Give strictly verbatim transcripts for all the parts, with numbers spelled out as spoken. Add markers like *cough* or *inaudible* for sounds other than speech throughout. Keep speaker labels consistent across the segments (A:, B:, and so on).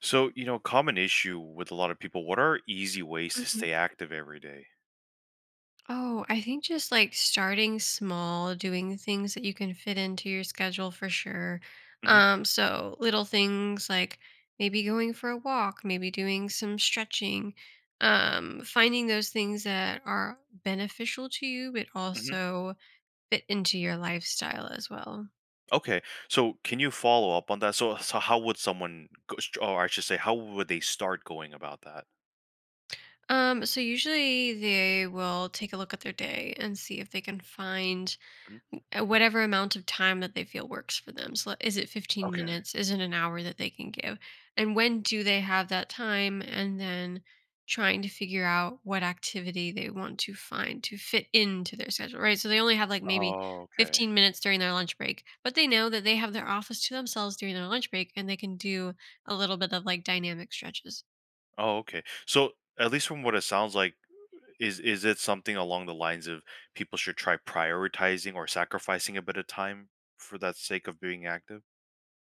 A: So, you know, common issue with a lot of people, what are easy ways to
B: Mhm.
A: stay active every day?
B: Oh, I think just like starting small, doing things that you can fit into your schedule for sure.
A: Mm-hmm.
B: Um, so little things like maybe going for a walk, maybe doing some stretching, um, finding those things that are beneficial to you, but
A: Mm-hmm.
B: also fit into your lifestyle as well.
A: Okay. So, can you follow up on that? So, so how would someone go, st- or I should say, how would they start going about that?
B: Um, so usually they will take a look at their day and see if they can find
A: Mhm.
B: Uh, whatever amount of time that they feel works for them. So is it fifteen
A: Okay.
B: minutes? Is it an hour that they can give? And when do they have that time? And then trying to figure out what activity they want to find to fit into their schedule, right? So they only have like maybe
A: Oh, okay.
B: fifteen minutes during their lunch break, but they know that they have their office to themselves during their lunch break and they can do a little bit of like dynamic stretches.
A: Oh, okay. So, at least from what it sounds like, is is it something along the lines of people should try prioritizing or sacrificing a bit of time for that sake of being active?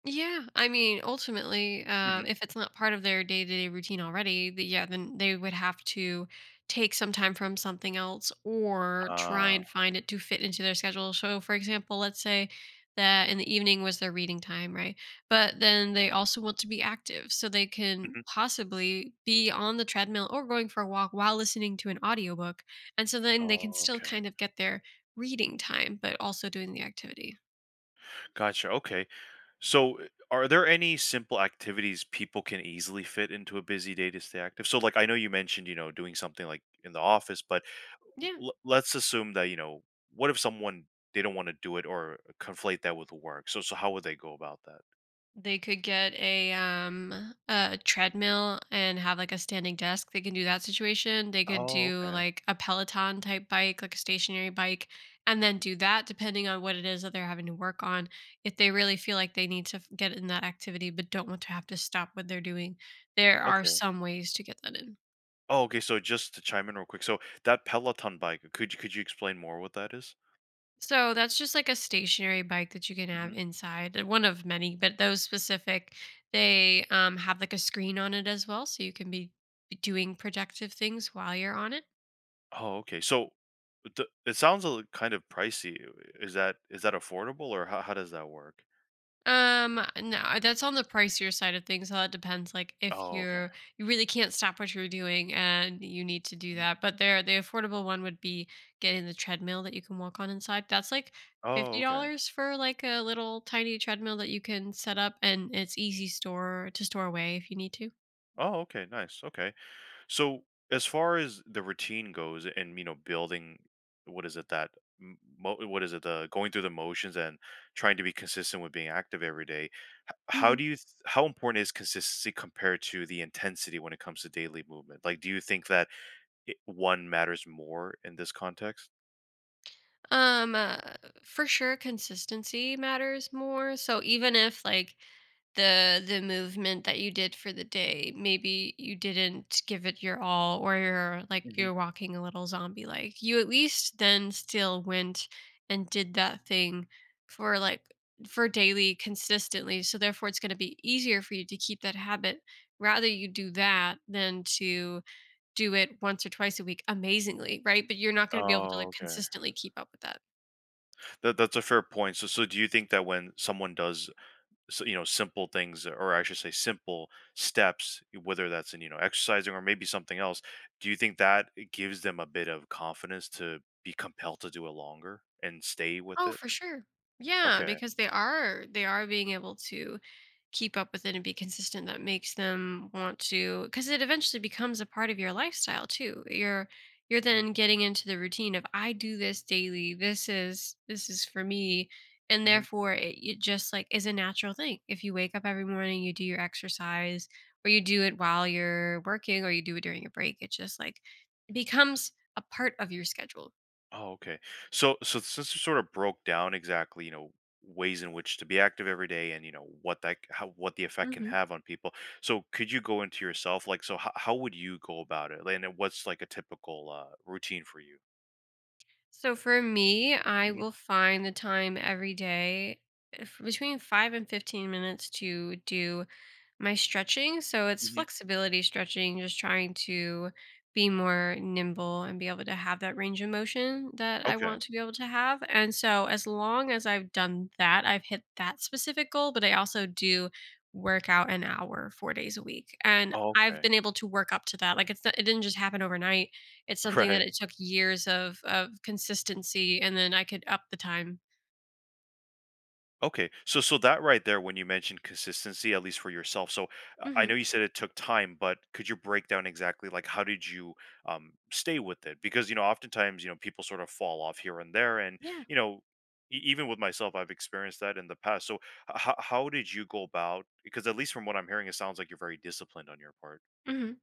B: Yeah, I mean, ultimately, uh,
A: Mm-hmm.
B: if it's not part of their day to day routine already, the, yeah, then they would have to take some time from something else or try
A: Uh,
B: and find it to fit into their schedule. So, for example, let's say that in the evening was their reading time, right? But then they also want to be active, so they can
A: mhm.
B: possibly be on the treadmill or going for a walk while listening to an audiobook. And so then they can
A: Oh,
B: still
A: okay.
B: kind of get their reading time, but also doing the activity.
A: Gotcha. Okay. So, uh, are there any simple activities people can easily fit into a busy day to stay active? So, like, I know you mentioned, you know, doing something like in the office, but
B: Yeah.
A: l- let's assume that, you know, what if someone they don't want to do it or conflate that with work? So, so how would they go about that?
B: They could get a um a treadmill and have like a standing desk. They can do that situation. They could
A: Oh,
B: do
A: okay.
B: like a Peloton type bike, like a stationary bike, and then do that depending on what it is that they're having to work on. If they really feel like they need to f- get in that activity but don't want to have to stop what they're doing, there are
A: Okay.
B: some ways to get that in.
A: Oh, okay. So, just to chime in real quick. So, that Peloton bike, could you could you explain more what that is?
B: So that's just like a stationary bike that you can
A: Mm-hmm.
B: have inside, uh, one of many, but those specific, they um, have like a screen on it as well, so you can be be doing productive things while you're on it.
A: Oh, okay. So, th- it sounds a li- kind of pricey. Is that is that affordable, or how, how does that work?
B: Um, no, that's on the pricier side of things. So that depends. Like if
A: Oh, okay.
B: you're you really can't stop what you're doing and you need to do
A: Mhm.
B: that. But there the affordable one would be getting the treadmill that you can walk on inside. That's like
A: Oh,
B: fifty
A: okay.
B: dollars for like a little tiny treadmill that you can set up and it's easy store to store away if you need to.
A: Oh, okay. Nice. Okay. So, as far as the routine goes, and you know, building, what is it that m- mo- what is it, the going through the motions and trying to be consistent with being active every day? h- How
B: Mhm.
A: do you th- how important is consistency compared to the intensity when it comes to daily movement? Like, do you think that it, one matters more in this context?
B: Um, uh, for sure, consistency matters more. So even if like the the movement that you did for the day, maybe you didn't give it your all, or you're like
A: Hmm.
B: you're walking a little zombie like, you at least then still went and did that thing for like for daily consistently. So therefore, it's going to be easier for you to keep that habit. Rather you do that than to do it once or twice a week amazingly, right? But you're not gonna be able to,
A: Oh,
B: like,
A: okay.
B: consistently keep up with that.
A: That that's a fair point. So, so do you think that when someone does, so, you know, simple things, or I should say simple steps, whether that's in, you know, exercising or maybe something else, do you think that it gives them a bit of confidence to be compelled to do it longer and stay with
B: Oh,
A: it?
B: for sure. Yeah,
A: Okay.
B: because they are they are being able to keep up with it and be consistent that makes them want to, because it eventually becomes a part of your lifestyle too. You're you're
A: Hmm.
B: then getting into the routine of I do this daily. This is this is for me, and
A: Hmm.
B: therefore it, it just like is a natural thing. If you wake up every morning, you do your exercise, or you do it while you're working, or you do it during a break, it just like becomes a part of your schedule.
A: Oh, okay. So, so since you sort of broke down exactly, you know, ways in which to be active every day and, you know, what that, c- how, what the effect can
B: Mm-hmm.
A: have on people. So could you go into yourself? Like, so how, how would you go about it? Like, and then what's like a typical uh, routine for you?
B: So for me, I
A: Hmm.
B: will find the time every day if- between five and fifteen minutes to do my stretching. So it's
A: Hmm.
B: flexibility stretching, just trying to be more nimble and be able to have that range of motion that I
A: Okay.
B: want to be able to have. And so as long as I've done that, I've hit that specific goal, but I also do work out an hour four days a week. And
A: Oh,
B: I've
A: okay.
B: been able to work up to that. Like it's not, it didn't just happen overnight. It's something that
A: Right.
B: it took years of of consistency and then I could up the time.
A: Okay. So so that right there, when you mentioned consistency, at least for yourself. So uh, I know
B: Mhm.
A: you said it took time, but could you break down exactly, like, how did you um stay with it? Because, you know, oftentimes, you know, people sort of fall off here and there, and,
B: Yeah.
A: you know, e- even with myself, I've experienced that in the past. So h- how did you go about, because at least from what I'm hearing, it sounds like you're very disciplined on your part.
B: Mhm.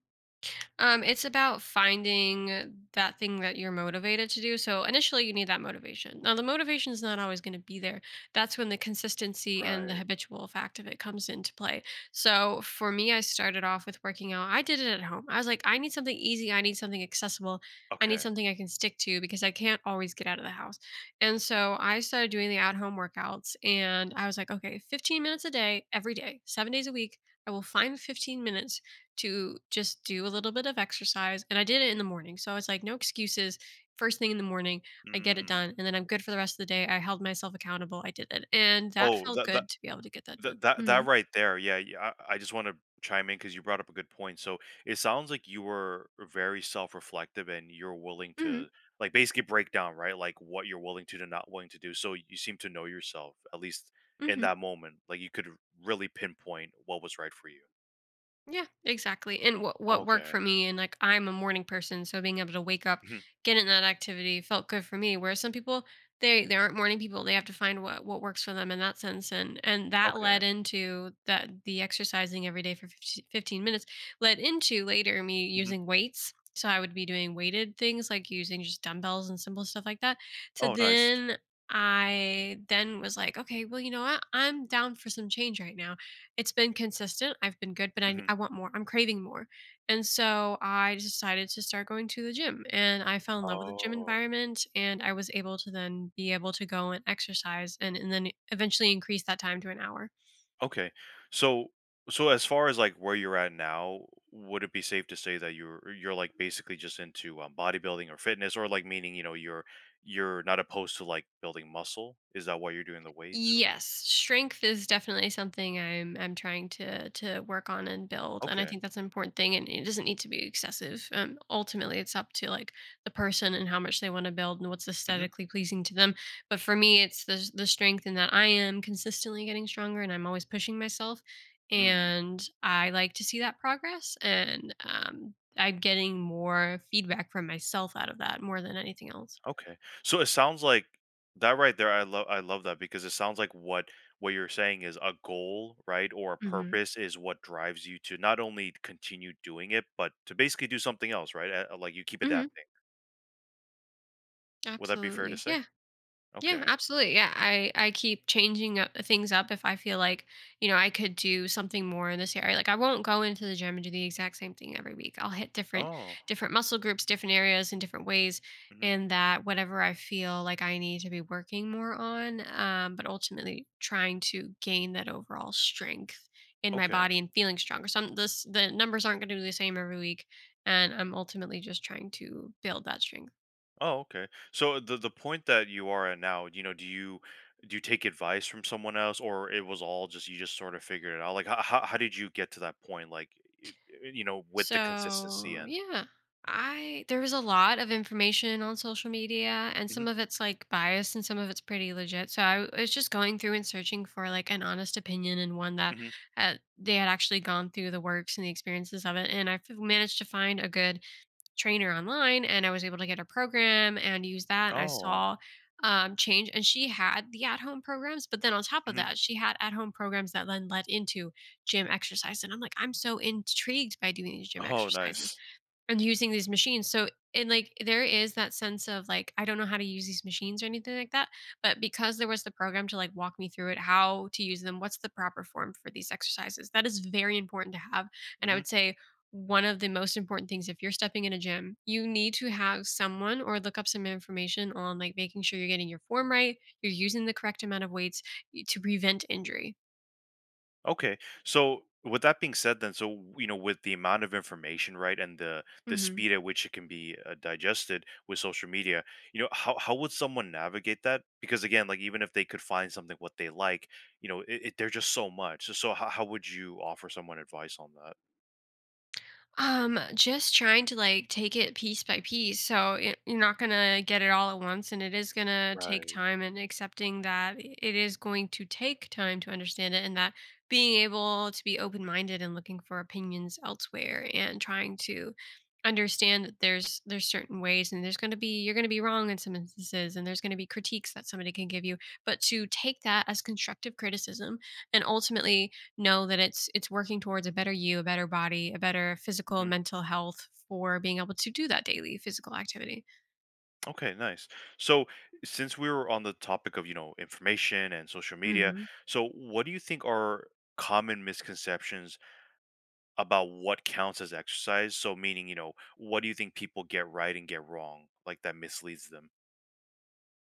B: Um, it's about finding that thing that you're motivated to do. So initially, you need that motivation. Now, the motivation is not always going to be there. That's when the consistency and the
A: Right.
B: habitual fact of it comes into play. So for me, I started off with working out. I did it at home. I was like, I need something easy. I need something accessible. I need
A: Okay.
B: something I can stick to because I can't always get out of the house. And so I started doing the at home workouts. And I was like, okay, fifteen minutes a day, every day, seven days a week. I will find fifteen minutes to just do a little bit of exercise. And I did it in the morning. So I was like, no excuses. First thing in the morning, I get it
A: Mm.
B: done. And then I'm good for the rest of the day. I held myself accountable. I did it. And that
A: Oh,
B: felt
A: that
B: good to be able to get that done.
A: That that
B: Hmm.
A: that right there, yeah, yeah. I, I just want to chime in because you brought up a good point. So it sounds like you were very self-reflective and you're willing
B: Hmm.
A: to, like, basically break down, right? Like, what you're willing to do, not willing to do. So you seem to know yourself, at least in
B: Hmm.
A: that moment. Like, you could really pinpoint what was right for you.
B: Yeah, exactly. And what what worked
A: Okay.
B: for me, and like I'm a morning person, so being able to wake up,
A: Hmm.
B: get in that activity felt good for me. Whereas some people they they aren't morning people. They have to find what what works for them in that sense, and and that
A: Okay.
B: led into that the exercising every day for fifteen fifteen minutes led into later me
A: Hmm.
B: using weights. So I would be doing weighted things like using just dumbbells and simple stuff like that. To
A: Oh, nice.
B: then I then was like, okay, well, you know what? I'm down for some change right now. It's been consistent, I've been good, but I
A: Hmm.
B: I want more, I'm craving more, and so I decided to start going to the gym, and I fell in love with the gym
A: Oh.
B: environment, and I was able to then be able to go and exercise and and then eventually increase that time to an hour.
A: Okay. So so as far as like where you're at now, would it be safe to say that you're you're like basically just into um, bodybuilding or fitness, or like, meaning, you know, you're you're not opposed to like building muscle? Is that why you're doing the weights, or...
B: Yes, strength is definitely something I'm I'm trying to to work on and build, and I
A: Okay.
B: think that's an important thing. And it doesn't need to be excessive. Um, ultimately, it's up to like the person and how much they want to build and what's
A: Mhm.
B: aesthetically pleasing to them. But for me, it's the the strength in that I am consistently getting stronger and I'm always pushing myself,
A: Mm.
B: and I like to see that progress. And um, I'm getting more feedback from myself out of that more than anything else.
A: Okay. So it sounds like that right there, I love I love that, because it sounds like what what you're saying is a goal, right? Or a
B: Mm-hmm.
A: purpose is what drives you to not only continue doing it, but to basically do something else, right? Uh, Like, you keep
B: Mm-hmm.
A: adapting. Would that be fair to
B: Absolutely.
A: say?
B: Yeah. Yeah,
A: Okay.
B: absolutely. Yeah, I I keep changing up things up if I feel like you know I could do something more in this area. Like I won't go into the gym and do the exact same thing every week. I'll hit different
A: Oh.
B: different muscle groups, different areas, in different ways,
A: Hmm.
B: and that whatever I feel like I need to be working more on. Um, but ultimately, trying to gain that overall strength in my
A: Okay.
B: body and feeling stronger. Some this the numbers aren't going to be the same every week, and I'm ultimately just trying to build that strength.
A: Oh, okay. So the the point that you are at now, you know, do you do you take advice from someone else, or it was all just you just sort of figured it out? Like, how how, how did you get to that point? Like, y- y- you know, with the consistency
B: So,
A: and...
B: yeah. I there was a lot of information on social media and
A: Hmm.
B: some of it's like biased and some of it's pretty legit. So I was just going through and searching for like an honest opinion and one that
A: Hmm.
B: uh, they had actually gone through the works and the experiences of it and I've managed to find a good trainer online and I was able to get a program and use that and I
A: Oh.
B: saw, um, change and she had the at-home programs, but then on top of
A: Hmm.
B: that, she had at-home programs that then led into gym exercise, and I'm like, "I'm so intrigued by doing these gym
A: Oh,
B: exercises."
A: nice.
B: And using these machines. So, and like there is that sense of like I don't know how to use these machines or anything like that, but because there was the program to like walk me through it, how to use them, what's the proper form for these exercises. That is very important to have, and I
A: Mm-hmm.
B: would say one of the most important things if you're stepping in a gym, you need to have someone or look up some information on like making sure you're getting your form right, you're using the correct amount of weights to prevent injury.
A: Okay. So with that being said, then, so, you know, with the amount of information, right, and the the
B: Mhm.
A: speed at which it can be uh, digested with social media, you know, how how would someone navigate that? Because, again, like, even if they could find something what they like, you know, it, it, there's just so much. So, so how, how would you offer someone advice on that?
B: Um, just trying to like take it piece by piece. So it, you're not gonna get it all at once, and it is gonna take
A: Right.
B: time. And accepting that i- it is going to take time to understand it, and that being able to be open minded and looking for opinions elsewhere, and trying to understand that there's there's certain ways, and there's gonna be you're gonna be wrong in some instances, and there's gonna be critiques that somebody can give you. But to take that as constructive criticism, and ultimately know that it's it's working towards a better you, a better body, a better physical and
A: Hmm.
B: mental health for being able to do that daily physical activity.
A: Okay, nice. So, since we were on the topic of, you know, information and social media,
B: Mhm.
A: so what do you think are common misconceptions about what counts as exercise? So, meaning, you know, what do you think people get right and get wrong, like, that misleads them?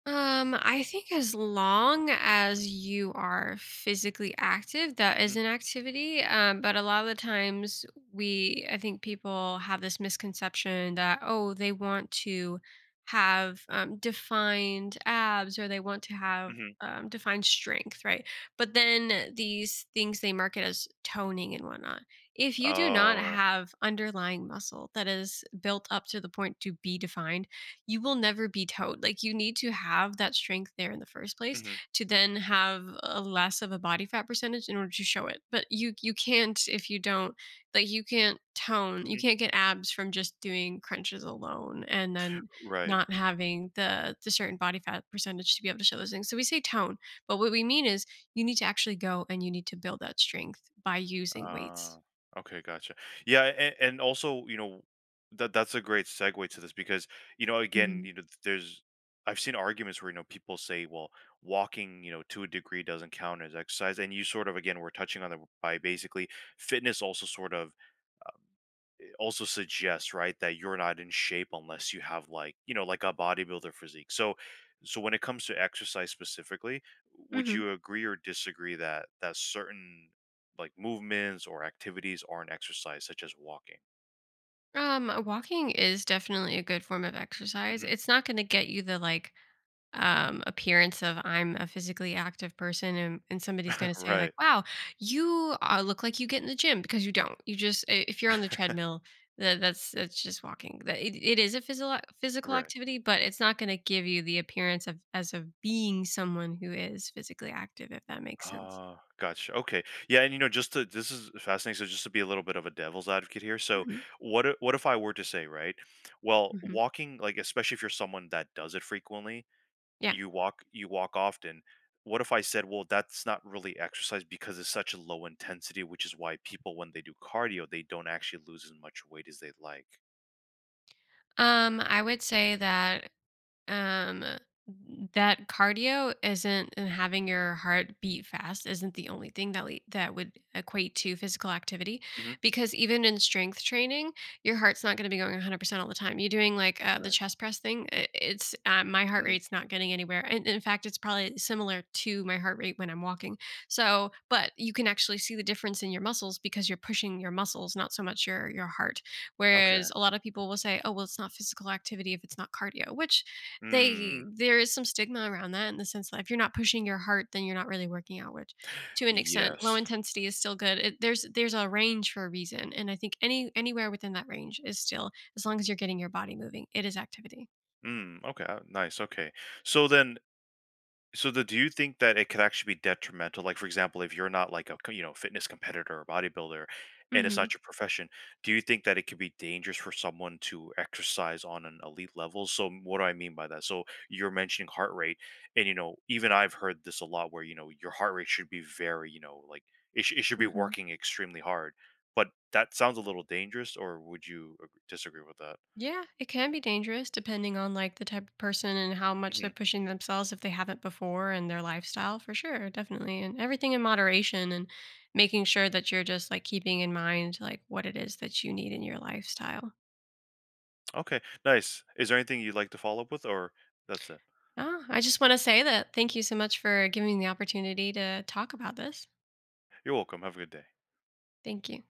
B: Um, I think as long as you are physically active, that
A: Mhm,
B: is an activity. Um, but a lot of the times, we, I think people have this misconception that, oh, they want to have um, defined abs or they want to have
A: mhm.
B: um, defined strength, right? But then these things they market as toning and whatnot. If you do not
A: Oh.
B: have underlying muscle that is built up to the point to be defined, you will never be towed. Like you need to have that strength there in the first place
A: Mhm,
B: to then have a less of a body fat percentage in order to show it. But you you can't if you don't like you can't tone. You
A: mhm.
B: can't get abs from just doing crunches alone and then
A: Right.
B: not having the the certain body fat percentage to be able to show those things. So we say tone, but what we mean is you need to actually go and you need to build that strength by using
A: Ah,
B: weights.
A: okay, gotcha. Yeah, and, and also, you know, that that's a great segue to this because, you know, again,
B: hmm
A: you know, there's, I've seen arguments where, you know, people say, well, walking, you know, to a degree doesn't count as exercise. And you sort of again were touching on that by, basically, fitness also sort of also suggests, right, that you're not in shape unless you have, like, you know, like a bodybuilder physique. So so when it comes to exercise specifically, would
B: hmm
A: you agree or disagree that that certain, like, movements or activities are an exercise, such as walking?
B: Um, uh, walking is definitely a good form of exercise.
A: Hmm.
B: It's not going to get you the like um appearance of "I'm a physically active person," and, and somebody's going
A: *laughs*
B: to say like,
A: Right.
B: "Wow, you uh, look like you get in the gym," because you don't. You just i- if you're on the
A: *laughs*
B: treadmill, that that's that's just walking. That it, it is a physical physical
A: Right.
B: activity, but it's not going to give you the appearance of as of being someone who is physically active, if that makes sense.
A: Ah, gotcha. Okay. Yeah, and, you know, just to, this is fascinating. So, just to be a little bit of a devil's advocate here. So,
B: hmm
A: what i- what if I were to say, right? Well,
B: hmm
A: walking, like, especially if you're someone that does it frequently,
B: Yeah.
A: you walk you walk often, what if I said, well, that's not really exercise because it's such a low intensity, which is why people, when they do cardio, they don't actually lose as much weight as they like.
B: Um, I would say that um that cardio isn't, and
A: Mm,
B: having your heart beat fast isn't the only thing that le- that would equate to physical activity,
A: mm-hmm.
B: because even in strength training your heart's not going to be going one hundred percent all the time. You're doing like uh, the
A: Right.
B: chest press thing, i- it's uh, my heart
A: Hmm.
B: rate's not getting anywhere, and in fact it's probably similar to my heart rate when I'm walking. So but you can actually see the difference in your muscles because you're pushing your muscles, not so much your your heart.
A: Okay.
B: Whereas a lot of people will say, oh, well, it's not physical activity if it's not cardio, which
A: Mm,
B: they there is some stigma around that, in the sense that if you're not pushing your heart, then you're not really working out, which to an extent, low
A: yes.
B: intensity is still good. It, there's there's a range for a reason, and I think any anywhere within that range is still as long as you're getting your body moving, it is activity.
A: Mm, okay. uh, nice. Okay. So then, So the do you think that it could actually be detrimental? Like, for example, if you're not like a co- you know, fitness competitor or bodybuilder, and it's
B: Mhm.
A: not your profession, do you think that it could be dangerous for someone to exercise on an elite level? So m- what do I mean by that? So, you're mentioning heart rate, and, you know, even I've heard this a lot, where, you know, your heart rate should be very, you know, like, it, sh- it should be
B: Mhm.
A: working extremely hard, but that sounds a little dangerous. Or would you ag- disagree with that?
B: Yeah, it can be dangerous depending on like the type of person and how much they're
A: Mhm.
B: pushing themselves if they haven't before, and their lifestyle for sure, definitely. And everything in moderation, and making sure that you're just like keeping in mind like what it is that you need in your lifestyle.
A: Okay, nice. Is there anything you'd like to follow up with, or that's it?
B: Ah, I just want to say that thank you so much for giving me the opportunity to talk about this.
A: You're welcome. Have a good day.
B: Thank you.